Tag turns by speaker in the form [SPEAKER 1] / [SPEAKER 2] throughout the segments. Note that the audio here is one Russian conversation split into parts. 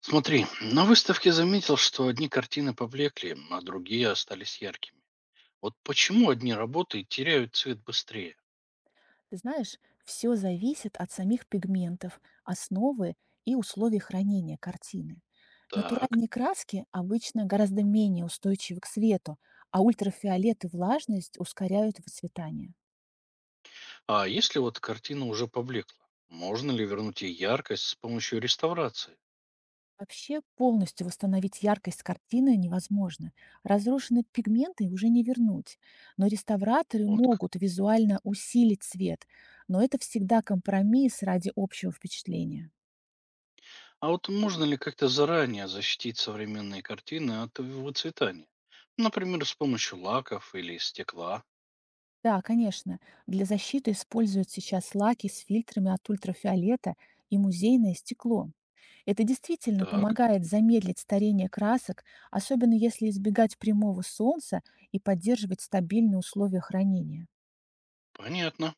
[SPEAKER 1] Смотри, на выставке заметил, что одни картины поблекли, а другие остались яркими. Вот почему одни работы теряют цвет быстрее?
[SPEAKER 2] Ты знаешь, все зависит от самих пигментов, основы и условий хранения картины.
[SPEAKER 1] Так,
[SPEAKER 2] Натуральные краски обычно гораздо менее устойчивы к свету, а ультрафиолет и влажность ускоряют выцветание.
[SPEAKER 1] а если вот картина уже поблекла, можно ли вернуть ей яркость с помощью реставрации?
[SPEAKER 2] Вообще полностью восстановить яркость картины невозможно. Разрушенные пигменты уже не вернуть. Но реставраторы
[SPEAKER 1] Вот как.
[SPEAKER 2] могут визуально усилить цвет, но это всегда компромисс ради общего впечатления.
[SPEAKER 1] А вот можно ли как-то заранее защитить современные картины от выцветания? Например, с помощью лаков или стекла?
[SPEAKER 2] Да, конечно. Для защиты используют сейчас лаки с фильтрами от ультрафиолета и музейное стекло. Это действительно
[SPEAKER 1] Так,
[SPEAKER 2] помогает замедлить старение красок, особенно если избегать прямого солнца и поддерживать стабильные условия хранения.
[SPEAKER 1] понятно.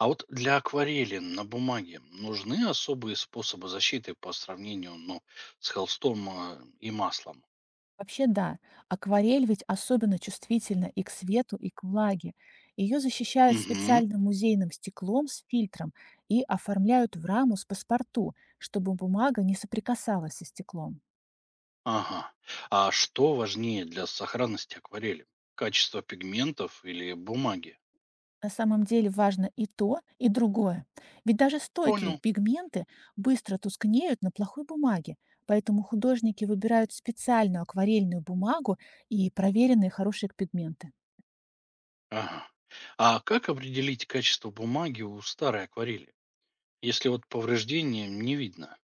[SPEAKER 1] А вот для акварели на бумаге нужны особые способы защиты по сравнению с холстом и маслом?
[SPEAKER 2] Вообще да, акварель ведь особенно чувствительна и к свету, и к влаге. Ее защищают
[SPEAKER 1] Мгм.
[SPEAKER 2] специальным музейным стеклом с фильтром и оформляют в раму с паспорту, чтобы бумага не соприкасалась со стеклом.
[SPEAKER 1] Ага. А что важнее для сохранности акварели? Качество пигментов или бумаги?
[SPEAKER 2] На самом деле важно и то, и другое. Ведь даже стойкие
[SPEAKER 1] Понял.
[SPEAKER 2] пигменты быстро тускнеют на плохой бумаге, поэтому художники выбирают специальную акварельную бумагу и проверенные хорошие пигменты.
[SPEAKER 1] Ага. А как определить качество бумаги у старой акварели, если вот повреждения не видно?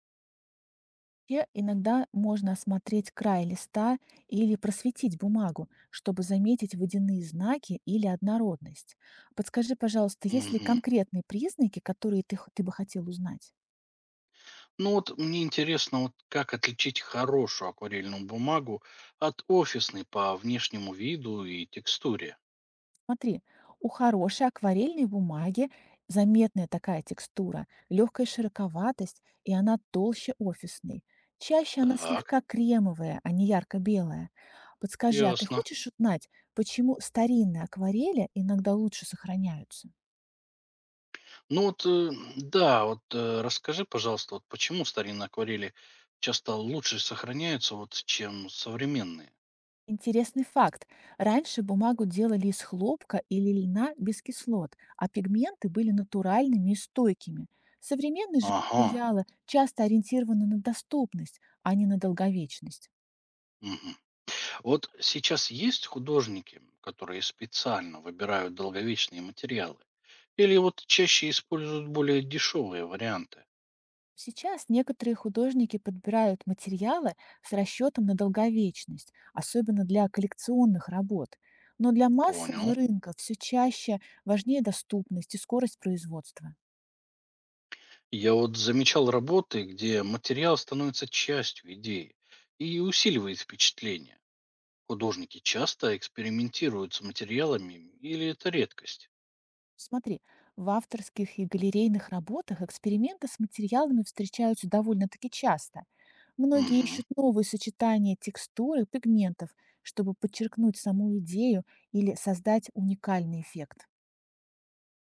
[SPEAKER 2] Те иногда можно осмотреть край листа или просветить бумагу, чтобы заметить водяные знаки или однородность. Подскажи, пожалуйста, есть ли
[SPEAKER 1] Мгм.
[SPEAKER 2] конкретные признаки, которые ты бы хотел узнать?
[SPEAKER 1] Ну вот мне интересно, вот как отличить хорошую акварельную бумагу от офисной по внешнему виду и текстуре.
[SPEAKER 2] Смотри, у хорошей акварельной бумаги заметная такая текстура, легкая широковатость, и она толще офисной. Чаще она
[SPEAKER 1] Так,
[SPEAKER 2] слегка кремовая, а не ярко-белая. Подскажи, а ты
[SPEAKER 1] ясно.
[SPEAKER 2] хочешь узнать, почему старинные акварели иногда лучше сохраняются?
[SPEAKER 1] Ну вот, да, расскажи, пожалуйста, вот почему старинные акварели часто лучше сохраняются, вот, чем современные?
[SPEAKER 2] Интересный факт. Раньше бумагу делали из хлопка или льна без кислот, а пигменты были натуральными и стойкими. Современные же
[SPEAKER 1] Ага.
[SPEAKER 2] материалы часто ориентированы на доступность, а не на долговечность.
[SPEAKER 1] Мгм. Вот сейчас есть художники, которые специально выбирают долговечные материалы? Или вот чаще используют более дешевые варианты?
[SPEAKER 2] Сейчас некоторые художники подбирают материалы с расчетом на долговечность, особенно для коллекционных работ. Но для массового
[SPEAKER 1] Понял.
[SPEAKER 2] рынка все чаще важнее доступность и скорость производства.
[SPEAKER 1] Я вот замечал работы, где материал становится частью идеи и усиливает впечатление. Художники часто экспериментируют с материалами или это редкость?
[SPEAKER 2] Смотри, в авторских и галерейных работах эксперименты с материалами встречаются довольно-таки часто. Многие
[SPEAKER 1] Мгм.
[SPEAKER 2] ищут новые сочетания текстур и пигментов, чтобы подчеркнуть саму идею или создать уникальный эффект.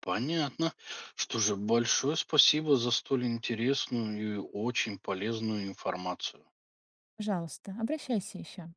[SPEAKER 1] Понятно. Что же, большое спасибо за столь интересную и очень полезную информацию.
[SPEAKER 2] Пожалуйста, обращайся еще.